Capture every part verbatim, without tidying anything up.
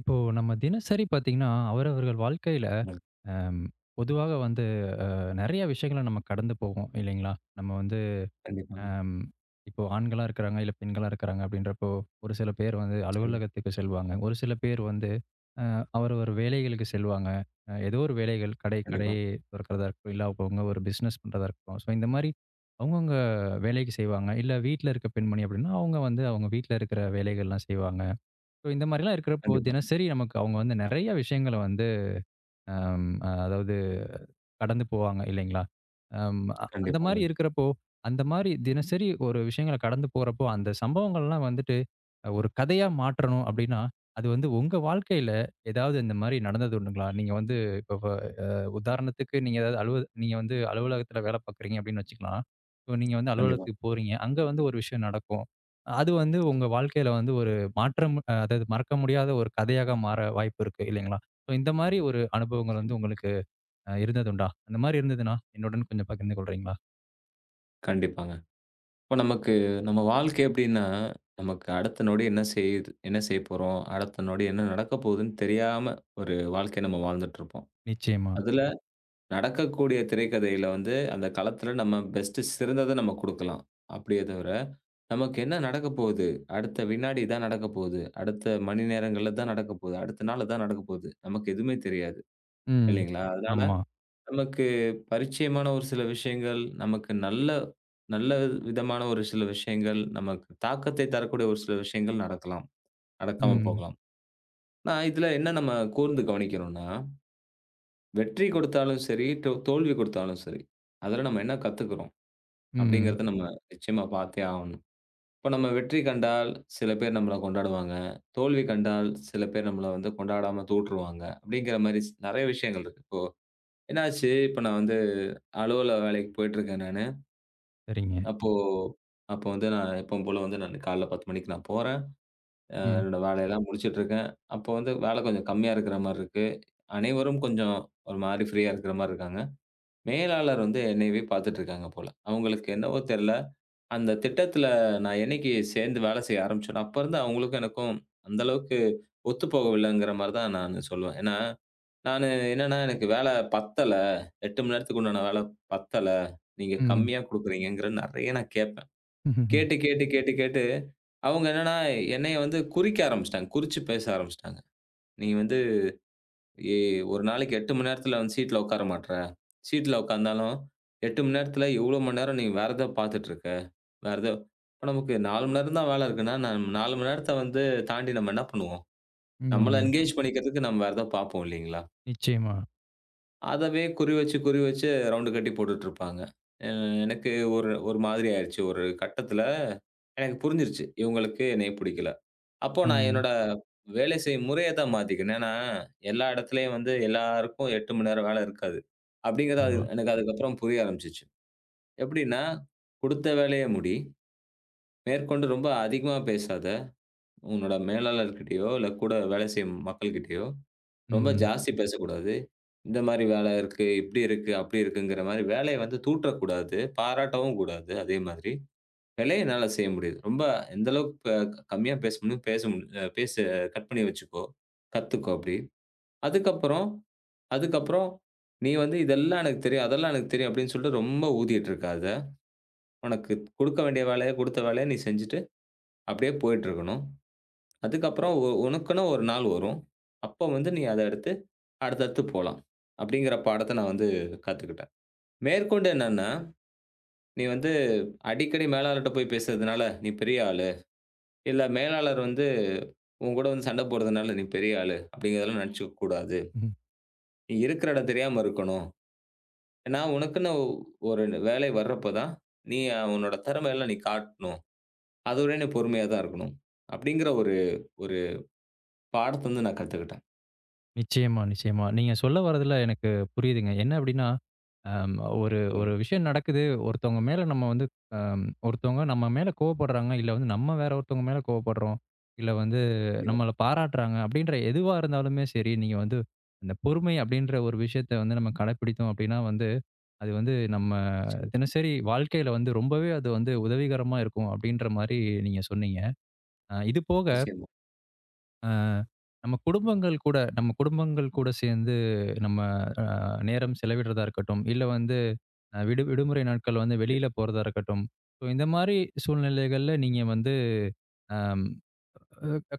இப்போ நம்ம தினசரி பார்த்தீங்கன்னா, அவரவர்கள் வாழ்க்கையில ம். அம் பொதுவாக வந்து நெறைய விஷயங்கள நம்ம கடந்து போவோம் இல்லைங்களா? நம்ம வந்து கண்டிப்பாங்க. அம் இப்போ ஆண்களா இருக்கிறாங்க, இல்ல பெண்களா இருக்கிறாங்க அப்படின்றப்போ, ஒரு சில பேர் வந்து நிச்சயமா. அலுவலகத்துக்கு செல்வாங்க. ஒரு சில பேர் வந்து அ அவரவர் வேலைகளுக்கு செல்வாங்க. அ ஏதோ ஒரு வேலைகள் கடை கடை கண்டிப்பா, தொறக்கிறதா இருக்கட்டும், இல்ல அவங்கவங்க ஒரு பிசினஸ் பண்றதா இருக்கட்டும். ஸோ இந்த மாரி அவங்கவங்க வேலைக்கு செய்வாங்க. இல்ல வீட்ல இருக்க பெண்மணி அப்படின்னா, அவங்க வந்து அவங்க வீட்ல இருக்கிற வேலைகள்லாம் செய்வாங்க. ஸோ இந்த மாரிலாம் இருக்கிறப்போ, கண்டிப்பா, தினசரி நமக்கு அவங்க வந்து நெறைய விஷயங்கள வந்து அம் அ அதாவது கடந்து போவாங்க இல்லைங்களா? அம் அ அந்த கண்டிப்பாங்க. மாரி இருக்கிறப்போ, அந்த மாரி தினசரி ஒரு விஷயங்கள கடந்து போறப்போ, அந்த சம்பவங்கள்லாம் வந்துட்டு அஹ், ஒரு கதையா மாற்றணும் அப்டின்னா, அது வந்து உங்க வாழ்க்கையில ஏதாவது இந்த மாரி நடந்தது உண்டுங்களா? நீங்க வந்து இப்ப உதாரணத்துக்கு நீங்க ஏதாவது அலுவ நீங்க வந்து அலுவலகத்தில வேலை பார்க்குறீங்க அப்படின்னு வச்சுக்கலாம். இப்போ நீங்க வந்து கண்டிப்பா. அலுவலகத்துக்கு போறீங்க. அங்க வந்து ஒரு விஷயம் நடக்கும். அது வந்து உங்க வாழ்க்கையில வந்து ஒரு மாற்றம் அ அதாவது மறக்க முடியாத ஒரு கதையாக மாற வாய்ப்பு இருக்கு இல்லைங்களா? ஸோ இந்த மாரி ஒரு அனுபவங்கள் வந்து நிச்சயமா. உங்களுக்கு அ இருந்ததுண்டா? அந்த மாரி இருந்ததுன்னா, என்னுடன் கொஞ்சம் பகிர்ந்து கொள்றீங்களா? கண்டிப்பாங்க. இப்ப நமக்கு நம்ம வாழ்க்கை எப்படின்னா, நமக்கு அடுத்த நொடி என்ன செய்யுது என்ன செய்யப்போறோம்? அடுத்த நொடி என்ன நடக்கப் போகுதுன்னு தெரியாம ஒரு வாழ்க்கைய நம்ம வாழ்ந்துட்டுருப்போம். நிச்சயமா. அதுல நடக்கக்கூடிய திரைக்கதையில வந்து, அந்த களத்துல நம்ம பெஸ்ட் சிறந்தத நம்ம குடுக்கலாம். அப்படியே தவிர, நமக்கு என்ன நடக்கப் போகுது? அடுத்த வினாடி இதான் நடக்கப் போகுது. அடுத்த மணி நேரங்கள்ல இதான் நடக்கப் போகுது. அடுத்த நாள் இதான் நடக்கப் போகுது. நமக்கு எதுவுமே தெரியாது. ம். இல்லைங்களா? அதனால ஆமா. நமக்கு பரிச்சயமான ஒரு சில விஷயங்கள், நமக்கு நல்ல நல்ல விதமான ஒரு சில விஷயங்கள், நமக்கு தாக்கத்தை தரக்கூடிய ஒரு சில விஷயங்கள் நடக்கலாம். நடக்காம ம். போகலாம். நான் இதுல என்ன நம்ம கூர்ந்து கவனிக்கிறோம்னா, வெற்றி கொடுத்தாலும் சரி, தோ தோல்வி கொடுத்தாலும் சரி, அதுல நம்ம என்ன கத்துக்கிறோம்? ம். அப்படிங்கிறத நம்ம நிச்சயமா பார்த்தே ஆகணும். இப்ப நம்ம வெற்றி கண்டால் சில பேர் நம்மள கொண்டாடுவாங்க. தோல்வி கண்டால் சில பேர் நம்மள வந்து கொண்டாடாம தூற்றுவாங்க. அப்படிங்கிற மாரி ஸ் நெறைய விஷயங்கள் இருக்கு. இப்போ என்னாச்சு, இப்ப நான் வந்து அலுவலக வேலைக்கு போயிட்டுருக்கேன் நானு. சரிங்க. அப்போ அப்ப வந்து நான் எப்பவும் போல வந்து நான் காலைல பத்து மணிக்கு நான் போறேன். அஹ் ம். என்னோட வேலையெல்லாம் முடிச்சுட்டு இருக்கேன். அப்போ வந்து வேலை கொஞ்சம் கம்மியா இருக்கிற மாரி இருக்கு. அனைவரும் கொஞ்சம் ஒரு மாரி ஃப்ரீயா இருக்கிற மாரி இருக்காங்க. மேலாளர் வந்து என்னையவே பார்த்துட்டு இருக்காங்க போல. அவங்களுக்கு என்னவோ தெரியல. அந்த திட்டத்துல நான் என்னைக்கு சேர்ந்து வேலை செய்ய ஆரம்பிச்சேனோ, அப்ப இருந்து அவங்களுக்கும் எனக்கும் அந்த அளவுக்கு ஒத்து போகவில்லைங்கிற மாரி தான் நான் சொல்லுவேன். ஏன்னா, நானு என்னன்னா எனக்கு வேலை பத்தல. எட்டு மணி நேரத்துக்கு உண்டான வேலை பத்தல. நீங்க ம். கம்மியா குடுக்குறீங்கங்கிற நெறைய நான் கேப்பேன். கேட்டு, கேட்டு, கேட்டு, கேட்டு அவங்க என்னன்னா, என்னைய வந்து குறிக்க ஆரம்பிச்சுட்டாங்க. குறிச்சு பேச ஆரம்பிச்சுட்டாங்க. "நீ வந்து எ ஒரு நாளைக்கு எட்டு மணி நேரத்துல வந்து சீட்ல உட்கார மாட்ற. சீட்ல உட்கார்ந்தாலும் எட்டு மணி நேரத்துல இவ்ளோ மணி நேரம் நீ வேற ஏதோ பார்த்துட்டு இருக்க. வேற ஏதோ" இப்ப நமக்கு நாலு மணி நேரம் தான் வேலை இருக்குன்னா, நம் நாலு மணி நேரத்த வந்து தாண்டி நம்ம என்ன பண்ணுவோம்? நம்மள ம். என்கேஜ் பண்ணிக்கிறதுக்கு நம்ம வேற ஏதோ பார்ப்போம் இல்லீங்களா? நிச்சயமா. அதவே குறி வச்சு, குறி வச்சு ரவுண்டு கட்டி போட்டுட்டு இருப்பாங்க. அ எனக்கு ஒரு ஒரு மாதிரி ஆயிருச்சு. ஒரு கட்டத்துல எனக்கு புரிஞ்சிருச்சு. இவங்களுக்கு என்னைய பிடிக்கல. அப்போ நான் ம். என்னோட ம். வேலை செய்யும் முறைய தான் மாத்திக்கினேன். ஏன்னா, எல்லா இடத்துலயும் வந்து எல்லாருக்கும் எட்டு மணி நேரம் வேலை இருக்காது. அப்படிங்கிறது அது ஆமா. எனக்கு அதுக்கப்புறம் புரிய ஆரம்பிச்சுச்சு. எப்படின்னா, குடுத்த வேலைய முடி. மேற்கொண்டு ரொம்ப அதிகமா பேசாத. உன்னோட மேலாளர்கிட்டயோ, இல்ல கூட வேலை செய்யும் மக்கள்கிட்டயோ ரொம்ப ம். ஜாஸ்தி ம். பேசக்கூடாது. இந்த மாரி வேலை இருக்கு, இப்படி இருக்கு, அப்படி இருக்குங்கிற மாரி வேலைய வந்து தூற்றக்கூடாது. பாராட்டவும் கூடாது அதே மாதிரி. விலைய என்னால செய்ய முடியுது. ரொம்ப எந்த அளவுக்கு க கம்மியா பேச முடியும், பேச முடி அ பேச கட் பண்ணி வச்சுக்கோ. கத்துக்கோ அப்படி. அதுக்கப்புறம் அதுக்கப்புறம் நீ வந்து இதெல்லாம் எனக்கு தெரியும், அதெல்லாம் எனக்கு தெரியும் அப்படின்னு சொல்லிட்டு ரொம்ப ஊதிட்டு இருக்காத. உனக்கு குடுக்க வேண்டிய வேலைய, குடுத்த வேலைய நீ செஞ்சுட்டு அப்படியே போயிட்டு இருக்கணும். அதுக்கப்புறம் உ உனக்குன்னு ஒரு நாள் வரும். அப்போ வந்து நீ அத எடுத்து அடுத்தடுத்து போலாம். அப்படிங்கிற பாடத்த நான் வந்து கத்துக்கிட்டேன். மேற்கொண்டு என்னன்னா, நீ வந்து அடிக்கடி மேலாளர்ட்ட போய் பேசுறதுனால, நீ பெரிய ஆளு. இல்ல மேலாளர் வந்து உன் கூட வந்து சண்டை போடுறதுனால நீ பெரிய ஆளு அப்படிங்கிறதெல்லாம் நினைச்சுக்க கூடாது. நீ இருக்கிற இடம் தெரியாம இருக்கணும். ஏன்னா, உனக்குன்னு ஒரு வேலை வர்றப்ப தான், நீ உன்னோட திறமையெல்லாம் நீ காட்டணும். அதுவரை நீ பொறுமையா தான் இருக்கணும். அப்படிங்கிற ஒரு ஒரு பாடத்த வந்து நான் கத்துக்கிட்டேன். நிச்சயமா, நிச்சயமா. நீங்க சொல்ல வர்றதுல எனக்கு புரியுதுங்க. என்ன அப்டின்னா, அம் ஒரு ஒரு சொல்லுங்க. விஷயம் நடக்குது. ஒருத்தவங்க மேல நம்ம வந்து அம் ஒருத்தவங்க நம்ம மேல கோவப்படுறாங்க. இல்ல வந்து நம்ம வேற ஒருத்தவங்க மேல கோவப்படுறோம். இல்ல வந்து கண்டிப்பா. நம்மள பாராட்டுறாங்க. அப்டின்ற எதுவா இருந்தாலுமே சரி, நீங்க வந்து அந்த பொறுமை அப்டின்ற ஒரு விஷயத்த வந்து நம்ம கடைப்பிடித்தோம் அப்டின்னா வந்து, அது வந்து நம்ம தினசரி வாழ்க்கையில வந்து ரொம்பவே அது வந்து உதவிகரமா இருக்கும் அப்டின்ற மாரி நீங்க சொன்னீங்க. அ இது போக நிச்சயமா, அ நம்ம குடும்பங்கள் கூட நம்ம குடும்பங்கள் கூட சேர்ந்து நம்ம அ நேரம் செலவிடுறதா இருக்கட்டும், இல்ல வந்து அ விடு விடுமுறை நாட்கள் வந்து நிச்சயமா. வெளியில போறதா இருக்கட்டும். ஸோ இந்த மாரி சூழ்நிலைகள்ல நீங்க வந்து அம்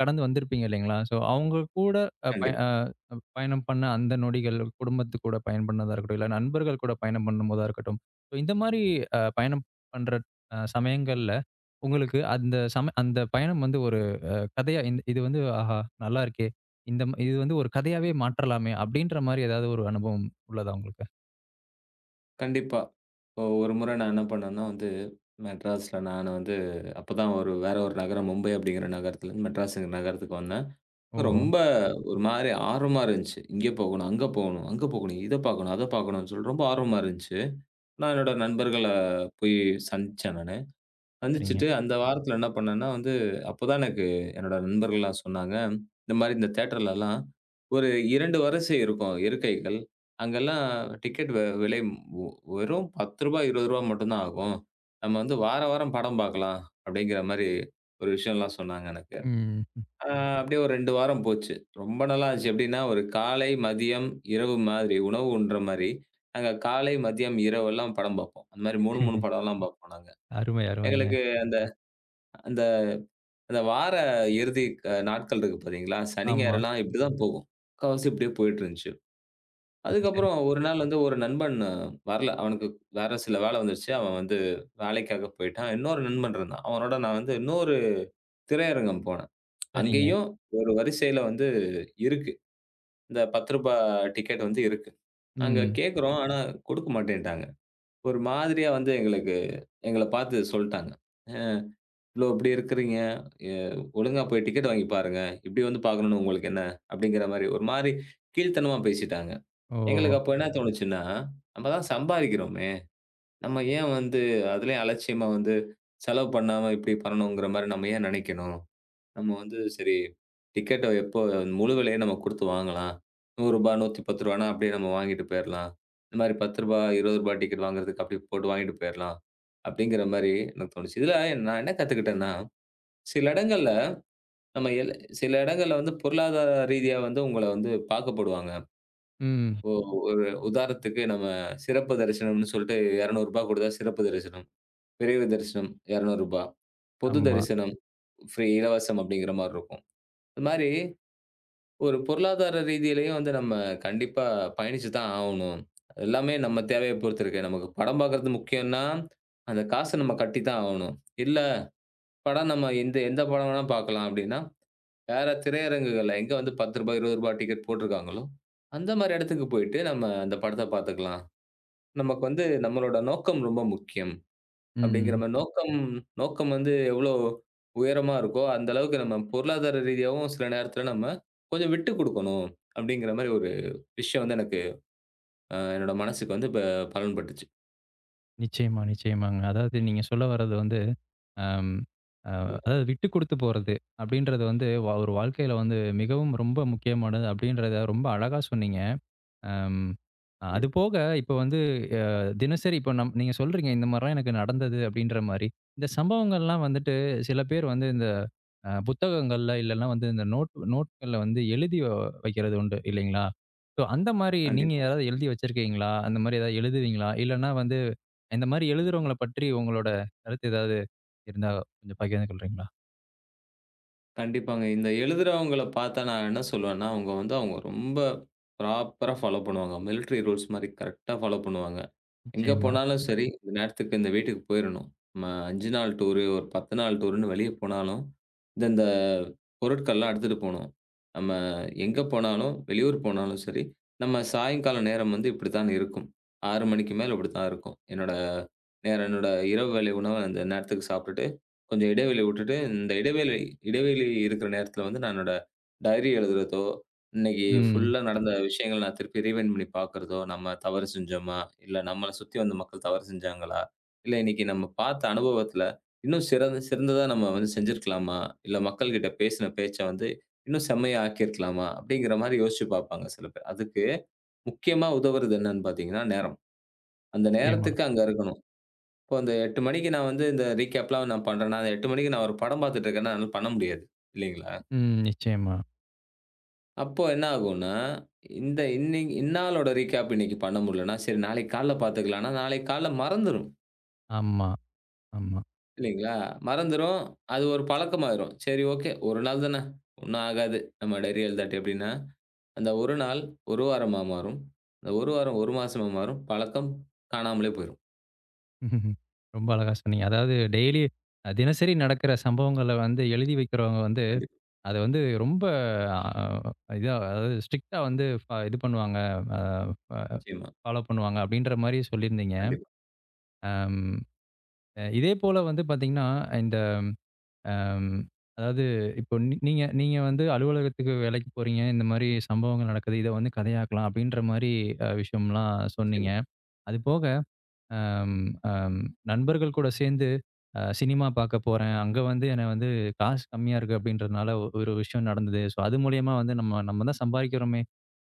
கடந்து வந்திருப்பீங்க இல்லைங்களா? ஸோ அவங்க கூட அ பய கண்டிப்பா, கண்டிப்பா. அ பயணம் பண்ண அந்த நொடிகள், குடும்பத்து கூட பயணம் பண்ணதா இருக்கட்டும், இல்ல நண்பர்கள் கூட பயணம் பண்ணும்போதா இருக்கட்டும். ஸோ இந்த மாரி அ பயணம் பண்ற அ சமயங்கள்ல உங்களுக்கு அந்த சம அந்த பயணம் வந்து ஒரு அ கதையா இந் இது வந்து ஆஹா! நல்லா இருக்கே! இந்த ம இது வந்து ஒரு கதையாவே மாற்றலாமே! அப்டின்ற மாரி ஏதாவது ஒரு அனுபவம் உள்ளதா உங்களுக்கு? கண்டிப்பா. இப்போ ஒரு முறை நான் என்ன பண்ணேன்னா வந்து, மெட்ராஸ்ல நான் வந்து அப்பதான் ஒரு வேற ஒரு நகரம் மும்பை அப்படிங்கிற நகரத்துலருந்து மெட்ராஸ்ங்கிற நகரத்துக்கு வந்தேன். ஓ! ரொம்ப ஒரு மாரி ஆர்வமா இருந்துச்சு. இங்க போகணும், அங்க போகணும், அங்க போகணும், இத பார்க்கணும், அத பார்க்கணும்னு சொல்லி ரொம்ப ஆர்வமா இருந்துச்சு. நான் என்னோட நண்பர்கள போய் சந்திச்சேன் நானு. சரிங்க. சந்திச்சுட்டு அந்த வாரத்துல என்ன பண்ணேன்னா வந்து, அப்பதான் எனக்கு என்னோட நண்பர்கள்லாம் சொன்னாங்க, இந்த மாரி இந்த தியேட்டர்லலாம் ஒரு இரண்டு வரிசை இருக்கும் இருக்கைகள். அங்கெல்லாம் டிக்கெட் வெ விலை ஒ வெறும் ரூ. பத்து ரூ. இருபது மட்டும் தான் ஆகும். நம்ம வந்து வார வாரம் படம் பார்க்கலாம், அப்படிங்கிற மாரி ஒரு விஷயம்லாம் சொன்னாங்க எனக்கு. ம். ஆ அப்படியே ஒரு ரெண்டு வாரம் போச்சு. ரொம்ப நாளா ஆச்சு. எப்படின்னா, ஒரு காலை, மதியம், இரவு மாதிரி உணவு உண்ற மாரி, நாங்க காலை, மதியம், இரவெல்லாம் படம் பார்ப்போம். அந்த மாரி மூணு, மூணு படம்லாம் பார்ப்போம் நாங்க. அருமை, அருமைங்க. எங்களுக்கு அந்த அந்த அந்த வார இறுதி அ நாட்கள் இருக்கு பார்த்தீங்களா? சனி, ஆமா. ஞாயிறுலாம் இப்படிதான் போகும். முக்காவாசி இப்படியே போயிட்டுருந்துச்சு. சரி, சரி. அதுக்கப்புறம் ஒரு நாள் வந்து ஒரு நண்பன் அஹ், வரல. அவனுக்கு வேற சில வேலை வந்துருச்சு. அவன் வந்து வேலைக்காக போயிட்டான். இன்னொரு நண்பன் இருந்தான். அவனோட நான் வந்து இன்னொரு திரையரங்கம் போனேன். சரிங்க. அங்கேயும் ஒரு வரிசையில வந்து இருக்கு. இந்த ரூ. பத்து டிக்கெட் வந்து இருக்கு. நாங்க ம். கேட்கிறோம். ஆனா குடுக்க மாட்டேன்ட்டாங்க. ஒரு மாதிரியா வந்து எங்களுக்கு எங்கள பார்த்து சொல்ட்டாங்க. "அ இவ்ளோ இப்டி இருக்கிறீங்க. எ ஒழுங்கா போய் டிக்கெட் வாங்கி பாருங்க. இப்டி வந்து பார்க்கணும்னு உங்களுக்கு என்ன?" அப்டிங்கிற மாரி ஒரு மாரி கீழ்த்தனமா பேசிட்டாங்க. ஓ! எங்களுக்கு அப்ப என்ன தோணுச்சுன்னா, நம்ம தான் சம்பாரிக்கிறோமே. நம்ம ஏன் வந்து அதுலயும் அலட்சியமா வந்து செலவு பண்ணாம இப்டி பண்ணணுங்கிற மாரி நம்ம ஏன் நெனைக்கணும்? நம்ம வந்து சரி டிக்கெட்ட எப்போ முழு விலைய நம்ம குடுத்து வாங்கலாம். ரூ. நூறு நூற்றி பத்து அப்படியே நம்ம வாங்கிட்டு போயிரலாம். இந்த மாரி ரூ. பத்து ரூ. இருபது டிக்கெட் வாங்குறதுக்கு அப்படி போட்டு வாங்கிட்டு போயிரலாம். அப்படிங்கிற மாரி எனக்கு தோணுச்சு. இதுல நான் என்ன கத்துக்கிட்டேன்னா, சில இடங்கள்ல நம்ம எல் சில இடங்கள்ல வந்து பொருளாதார ரீதியா வந்து உங்கள வந்து பாக்கப்படுவாங்க. ம். இப்போ ஒரு உதாரணத்துக்கு நம்ம சிறப்பு தரிசனம்னு சொல்லிட்டு ரூ. இருநூறு குடுத்தா சிறப்பு தரிசனம், விரைவு தரிசனம் ரூ. இருநூறு பொது ஆமா. தரிசனம் ஃப்ரீ இலவசம் அப்படிங்கிற மாரி இருக்கும். இது மாரி ஒரு பொருளாதார ரீதியிலயும் வந்து நம்ம கண்டிப்பா பயணிச்சு தான் ஆவணும். எல்லாமே நம்ம தேவைய பொறுத்து இருக்கு. நமக்கு படம் பார்க்கறது முக்கியம்னா, அந்த காச நம்ம கட்டி தான் ஆவணும். இல்ல படம் நம்ம எந்த எந்த படம் வேணா பார்க்கலாம் அப்டின்னா, வேற திரையரங்குகள்ல எங்க வந்து ரூ. பத்து ரூ. இருபது டிக்கெட் போட்டிருக்காங்களோ, அந்த மாரி இடத்துக்கு போயிட்டு நம்ம அந்த படத்த பார்த்துக்கலாம். நமக்கு வந்து நம்மளோட நோக்கம் ரொம்ப முக்கியம். அப்டிங்கிற ம். மாரி நோக்கம் நோக்கம் வந்து எவ்ளோ உயரமா இருக்கோ, அந்த அளவுக்கு நம்ம பொருளாதார ரீதியாவும் சில நேரத்துல நம்ம கொஞ்சம் விட்டுக் குடுக்கணும். அப்டிங்கிற மாரி விஷயம் வந்து எனக்கு அ என்னோட மனசுக்கு வந்து ப பலன்பட்டுச்சு. நிச்சயமா, நிச்சயமாங்க. அதாவது நீங்க சொல்ல வர்றது வந்து, அம் அ அதாவது விட்டு குடுத்து போறது அப்டின்றது வந்து, வ ஒரு வாழ்க்கையில வந்து மிகவும் ரொம்ப முக்கியமானது அப்டின்றத ரொம்ப அழகா சொன்னீங்க. அம். அது கண்டிப்பா. போக இப்ப வந்து அ தினசரி இப்ப நம் நீங்க சொல்றீங்க, இந்த மாரிலாம் எனக்கு நடந்தது அப்படின்ற மாரி. இந்த சம்பவங்கள்லாம் வந்துட்டு சில பேர் வந்து இந்த அ புத்தகங்கள்ல இல்லன்னா வந்து இந்த நோட் நோட்கள்ல வந்து எழுதி வ வைக்கிறது உண்டு இல்லைங்களா? ஸோ அந்த மாரி நீங்க கண்டிப்பா. யாராவது எழுதி வச்சிருக்கீங்களா? அந்த மாரி ஏதாவது எழுதுவீங்களா? இல்லன்னா வந்து இந்த மாரி எழுதுறவங்கள பற்றி உங்களோட கருத்து ஏதாவது இருந்தா கொஞ்சம் பகிர்ந்து கொள்றீங்களா? கண்டிப்பாங்க. இந்த எழுதுறவங்கள பார்த்தா நான் என்ன சொல்லுவேன்னா, அவங்க வந்து அவங்க ரொம்ப ப்ராப்பரா ஃபாலோ பண்ணுவாங்க. மிலிட்டரி ரூல்ஸ் மாரி கரெக்ட்டா ஃபாலோ பண்ணுவாங்க. எங்க நிச்சயமா. போனாலும் ம். சரி, இந்த நேரத்துக்கு இந்த வீட்டுக்கு போயிறணும். நம்ம அஞ்சு நாள் டூரு, ஒரு பத்து நாள் டூருன்னு வெளிய போனாலும், இந்த இந்த பொருட்கள்லாம் எடுத்துட்டு போணும். நம்ம எங்க போனாலும், வெளியூர் போனாலும் சரி, நம்ம சாயங்கால நேரம் வந்து இப்படித்தான் இருக்கும். ஆறு மணிக்கு மேல இப்படித்தான் இருக்கும். என்னோட நேரம் என்னோட இரவு வேளை உணவ அந்த நேரத்துக்கு சாப்பிட்டுட்டு கொஞ்சம் இடைவெளி விட்டுட்டு, இந்த இடைவேளை இடைவெளி இருக்கிற நேரத்தில வந்து நான் என்னோட டைரி எழுதுறதோ, இன்னைக்கு ம். ஃபுல்லா நடந்த விஷயங்கள நான் திருப்பி ரீவைண்ட் பண்ணி பார்க்கிறதோ, நம்ம தவறு செஞ்சோமா? இல்ல நம்மள சுத்தி வந்த மக்கள் தவறு செஞ்சாங்களா? இல்ல இன்னைக்கு நம்ம பார்த்த அனுபவத்தில இன்னும் சிறந்த சிறந்ததா நம்ம வந்து செஞ்சிருக்கலாமா? இல்ல மக்கள்கிட்ட பேசின பேச்ச வந்து இன்னும் செம்மையா ஆக்கியிருக்கலாமா? அப்படிங்கிற மாரி யோசிச்சு பார்ப்பாங்க சில பேர். அதுக்கு முக்கியமா உதவுறது என்னன்னு பார்த்தீங்கன்னா, நேரம். அந்த நிச்சயமா. நேரத்துக்கு அங்க இருக்கணும். இப்போ அந்த எட்டு மணிக்கு நான் வந்து இந்த ரீகேப்லாம் நான் பண்றேன்னா, அந்த எட்டு மணிக்கு நான் ஒரு படம் பார்த்துட்டு இருக்கேன்னா, என்னால பண்ண முடியாது. இல்லைங்களா? ம். நிச்சயமா. அப்போ என்ன ஆகும்னா, இந்த இன்னைக் இந்நாளோட ரீகேப் இன்னைக்கு பண்ண முடியலன்னா, சரி நாளைக்கு காலைல பார்த்துக்கலாம்ன்னா, நாளைக்கு காலைல மறந்துரும். ஆமா, ஆமா. இல்லைங்களா? மறந்துரும். அது ஒரு பழக்கமாயிரும். சரி ஓகே, ஒரு நாள் தானே, ஒண்ணும் ஆகாது. நம்ம டைரி எழுதாட்டி அப்படின்னா, அந்த ஒரு நாள் ஒரு வாரமா மாறும். அந்த ஒரு வாரம் ஒரு மாசமா மாறும். பழக்கம் காணாமலே போயிரும். ம்ஹ்ம். ரொம்ப அழகா சொன்னீங்க. அதாவது டெய்லி அ தினசரி நடக்கிற சம்பவங்கள வந்து எழுதி வைக்கிறவங்க வந்து, கண்டிப்பா. அத வந்து ரொம்ப அ இதா அதாவது ஸ்ட்ரிக்ட்டா வந்து ஃப இது பண்ணுவாங்க. அ ஃப நிச்சயமா. ஃபாலோ பண்ணுவாங்க அப்படின்ற மாரி சொல்லியிருந்தீங்க. கண்டிப்பா. அம் இதே போல வந்து பார்த்தீங்கன்னா, இந்த அம் அதாவது இப்போ நீ நீங்க நீங்க வந்து அலுவலகத்துக்கு வேலைக்கு போறீங்க. இந்த மாரி சம்பவங்கள் நடக்குது. இத வந்து கதையாக்கலாம் அப்படின்ற மாரி அ விஷயம்லாம் சொன்னீங்க. நிச்சயமா. அது போக அம், அம், நண்பர்கள் கூட சேர்ந்து அ சினிமா பார்க்க போறேன். அங்க வந்து என்ன வந்து காசு கம்மியா இருக்கு அப்படின்றதுனால ஒ- ஒரு விஷயம் நடந்தது. ஸோ அது மூலியமா வந்து நம்ம நம்ம தான் சம்பாரிக்கிறோமே!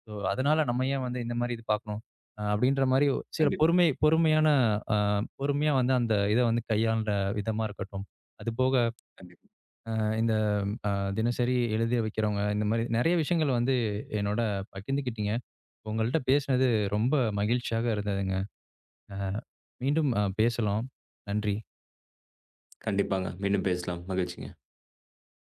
ஸோ அதனால நம்ம ஏன் வந்து இந்த மாரி இது பார்க்கணும்? அ அப்படின்ற மாரி சில கண்டிப்பா, பொறுமை பொறுமையான அ பொறுமையா வந்து அந்த இத வந்து கையாள்ற விதமா இருக்கட்டும். அதுபோக கண்டிப்பா. அ இந்த அ தினசரி எழுதி வைக்கிறவங்க, இந்த மாரி நெறைய விஷயங்கள் வந்து என்னோட பகிர்ந்துக்கிட்டீங்க. உங்கள்ட்ட பேசினது ரொம்ப மகிழ்ச்சியாக இருந்ததுங்க. அ மீண்டும் அ பேசலாம். நன்றி. கண்டிப்பாங்க. மீண்டும் பேசலாம். மகிழ்ச்சிங்க.